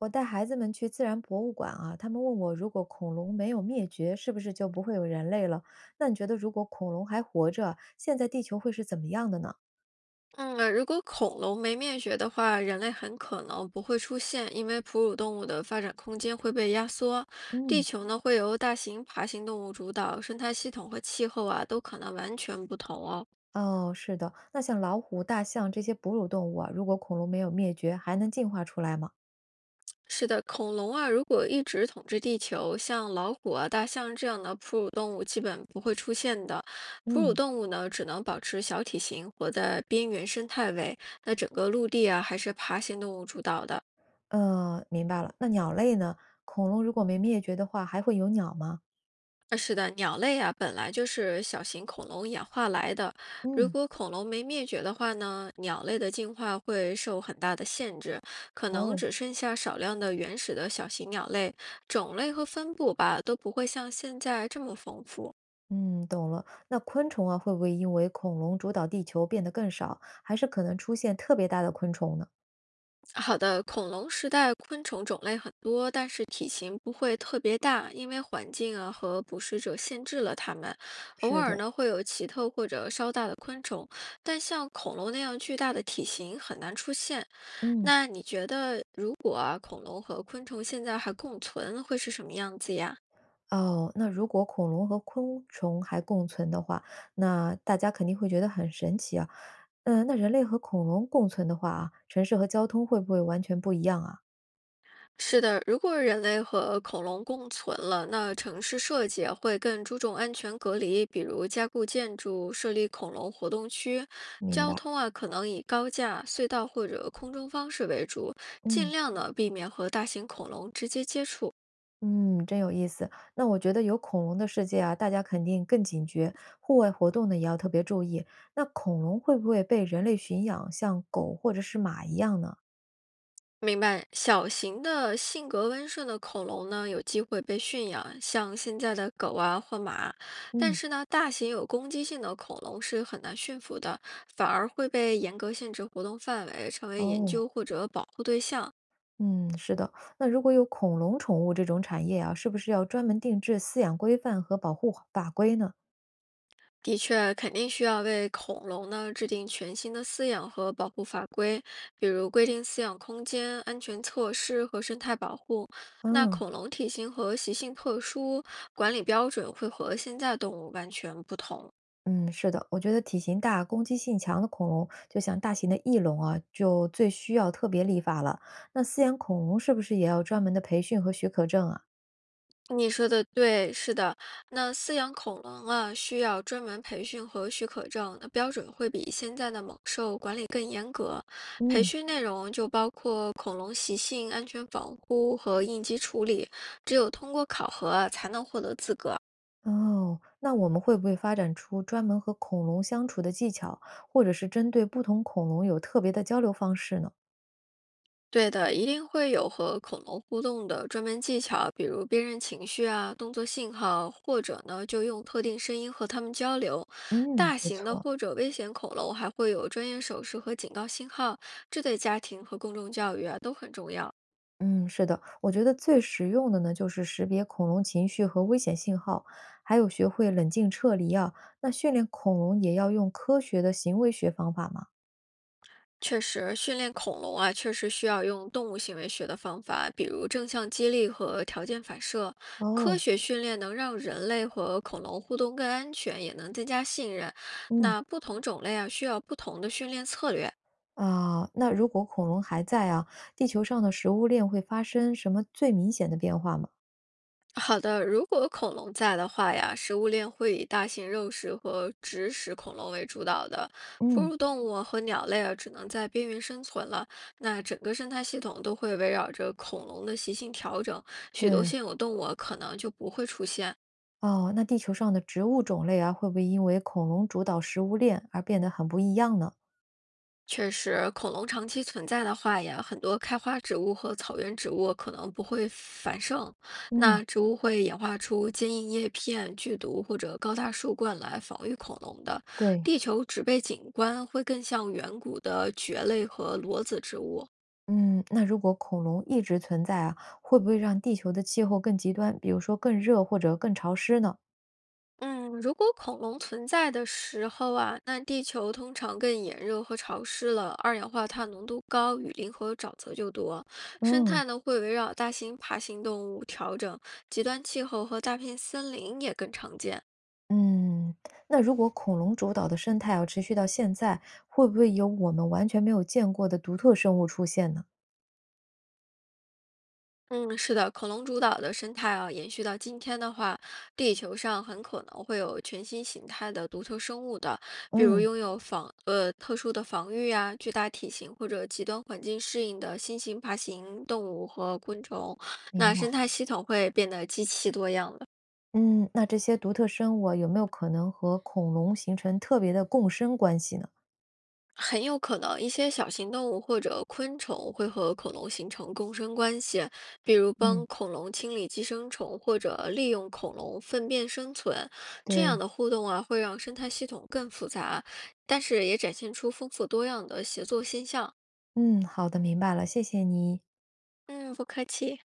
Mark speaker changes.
Speaker 1: 我带孩子们去自然博物馆啊，他们问我，如果恐龙没有灭绝，是不是就不会有人类了？那你觉得，如果恐龙还活着，现在地球会是怎么样的呢？
Speaker 2: 嗯，如果恐龙没灭绝的话，人类很可能不会出现，因为哺乳动物的发展空间会被压缩。地
Speaker 1: 嗯，
Speaker 2: 球呢，会由大型爬行动物主导，生态系统和气候啊，都可能完全不同哦。
Speaker 1: 哦，是的，那像老虎、大象这些哺乳动物啊，如果恐龙没有灭绝，还能进化出来吗？
Speaker 2: 是的，恐龙啊，如果一直统治地球，像老虎啊、大象这样的哺乳动物基本不会出现的。哺乳
Speaker 1: 嗯
Speaker 2: 动物呢，只能保持小体型，活在边缘生态位。那整个陆地啊，还是爬行动物主导的。
Speaker 1: 明白了。那鸟类呢？恐龙如果没灭绝的话，还会有鸟吗？
Speaker 2: 是的，鸟类啊，本来就是小型恐龙演化来的。如
Speaker 1: 嗯，
Speaker 2: 果恐龙没灭绝的话呢，鸟类的进化会受很大的限制，可能
Speaker 1: 哦，
Speaker 2: 只剩下少量的原始的小型鸟类，种类和分布吧都不会像现在这么丰富。
Speaker 1: 嗯，懂了。那昆虫啊，会不会因为恐龙主导地球变得更少，还是可能出现特别大的昆虫呢？
Speaker 2: 好的，恐龙时代昆虫种类很多，但是体型不会特别大，因为环境啊和捕食者限制了它们。偶
Speaker 1: 是
Speaker 2: 尔
Speaker 1: 的，
Speaker 2: 呢会有奇特或者稍大的昆虫，但像恐龙那样巨大的体型很难出现。
Speaker 1: 嗯，
Speaker 2: 那你觉得，如果啊恐龙和昆虫现在还共存，会是什么样子呀？
Speaker 1: 哦，那如果恐龙和昆虫还共存的话，那大家肯定会觉得很神奇啊。嗯、那人类和恐龙共存的话啊，城市和交通会不会完全不一样啊？
Speaker 2: 是的，如果人类和恐龙共存了，那城市设计啊会更注重安全隔离，比如加固建筑、设立恐龙活动区。
Speaker 1: 明
Speaker 2: 交
Speaker 1: 白，
Speaker 2: 通啊，可能以高架、隧道或者空中方式为主，尽
Speaker 1: 嗯
Speaker 2: 量呢避免和大型恐龙直接接触。
Speaker 1: 嗯，真有意思。那我觉得有恐龙的世界啊，大家肯定更警觉，户外活动呢也要特别注意。那恐龙会不会被人类驯养，像狗或者是马一样呢？
Speaker 2: 明白，小型的性格温顺的恐龙呢，有机会被驯养，像现在的狗啊或马。但
Speaker 1: 嗯，
Speaker 2: 是呢，大型有攻击性的恐龙是很难驯服的，反而会被严格限制活动范围，成为研
Speaker 1: 哦。
Speaker 2: 究或者保护对象。
Speaker 1: 嗯，是的。那如果有恐龙宠物这种产业啊，是不是要专门定制饲养规范和保护法规呢？
Speaker 2: 的确，肯定需要为恐龙呢制定全新的饲养和保护法规，比如规定饲养空间、安全措施和生态保护。那
Speaker 1: 嗯，
Speaker 2: 恐龙体型和习性特殊，管理标准会和现在动物完全不同。
Speaker 1: 嗯，是的，我觉得体型大、攻击性强的恐龙，就像大型的翼龙啊，就最需要特别立法了。那饲养恐龙是不是也要专门的培训和许可证啊？
Speaker 2: 你说的对，是的。那饲养恐龙啊，需要专门培训和许可证，那标准会比现在的猛兽管理更严格。培
Speaker 1: 嗯，
Speaker 2: 训内容就包括恐龙习性、安全防护和应急处理，只有通过考核啊才能获得资格。
Speaker 1: 哦，那我们会不会发展出专门和恐龙相处的技巧，或者是针对不同恐龙有特别的交流方式呢？
Speaker 2: 对的，一定会有和恐龙互动的专门技巧，比如辨认情绪啊、动作信号，或者呢就用特定声音和它们交流。
Speaker 1: 嗯，
Speaker 2: 大
Speaker 1: 不
Speaker 2: 型的
Speaker 1: 错。
Speaker 2: 或者危险恐龙还会有专业手势和警告信号，这对家庭和公众教育啊都很重要。
Speaker 1: 嗯，是的，我觉得最实用的呢，就是识别恐龙情绪和危险信号，还有学会冷静撤离啊。那训练恐龙也要用科学的行为学方法嘛？
Speaker 2: 确实，训练恐龙啊，确实需要用动物行为学的方法，比如正向激励和条件反射。科
Speaker 1: 哦，
Speaker 2: 学训练能让人类和恐龙互动更安全，也能增加信任。
Speaker 1: 嗯
Speaker 2: 那不同种类啊，需要不同的训练策略。
Speaker 1: 啊，那如果恐龙还在啊，地球上的食物链会发生什么最明显的变化吗？
Speaker 2: 好的，如果恐龙在的话呀，食物链会以大型肉食和植食恐龙为主导的，哺
Speaker 1: 嗯，
Speaker 2: 乳动物啊和鸟类啊只能在边缘生存了。那整个生态系统都会围绕着恐龙的习性调整，许多
Speaker 1: 对，
Speaker 2: 现有动物啊可能就不会出现。
Speaker 1: 哦，那地球上的植物种类啊，会不会因为恐龙主导食物链而变得很不一样呢？
Speaker 2: 确实，恐龙长期存在的话呀，很多开花植物和草原植物可能不会繁盛，
Speaker 1: 嗯，
Speaker 2: 那植物会演化出坚硬叶片、剧毒或者高大树冠来防御恐龙的。
Speaker 1: 对，
Speaker 2: 地球植被景观会更像远古的蕨类和裸子植物。
Speaker 1: 嗯，那如果恐龙一直存在啊，会不会让地球的气候更极端，比如说更热或者更潮湿呢？
Speaker 2: 嗯，如果恐龙存在的时候啊，那地球通常更炎热和潮湿了，二氧化碳浓度高，雨林和沼泽就多。生
Speaker 1: 嗯
Speaker 2: 态呢会围绕大型爬行动物调整，极端气候和大片森林也更常见。
Speaker 1: 嗯，那如果恐龙主导的生态要持续到现在，会不会有我们完全没有见过的独特生物出现呢？
Speaker 2: 嗯，是的，恐龙主导的生态啊，延续到今天的话，地球上很可能会有全新形态的独特生物的，比如
Speaker 1: 嗯，
Speaker 2: 拥有特殊的防御啊、巨大体型或者极端环境适应的新型爬行动物和昆虫。
Speaker 1: 明
Speaker 2: 那
Speaker 1: 白。
Speaker 2: 生态系统会变得极其多样的。
Speaker 1: 嗯，那这些独特生物啊，有没有可能和恐龙形成特别的共生关系呢？
Speaker 2: 很有可能，一些小型动物或者昆虫会和恐龙形成共生关系，比如
Speaker 1: 嗯，
Speaker 2: 帮恐龙清理寄生虫，或者利用恐龙粪便生存。这样
Speaker 1: 对。
Speaker 2: 的互动啊，会让生态系统更复杂，但是也展现出丰富多样的协作现象。
Speaker 1: 嗯，好的，明白了，谢谢你。
Speaker 2: 嗯，不客气。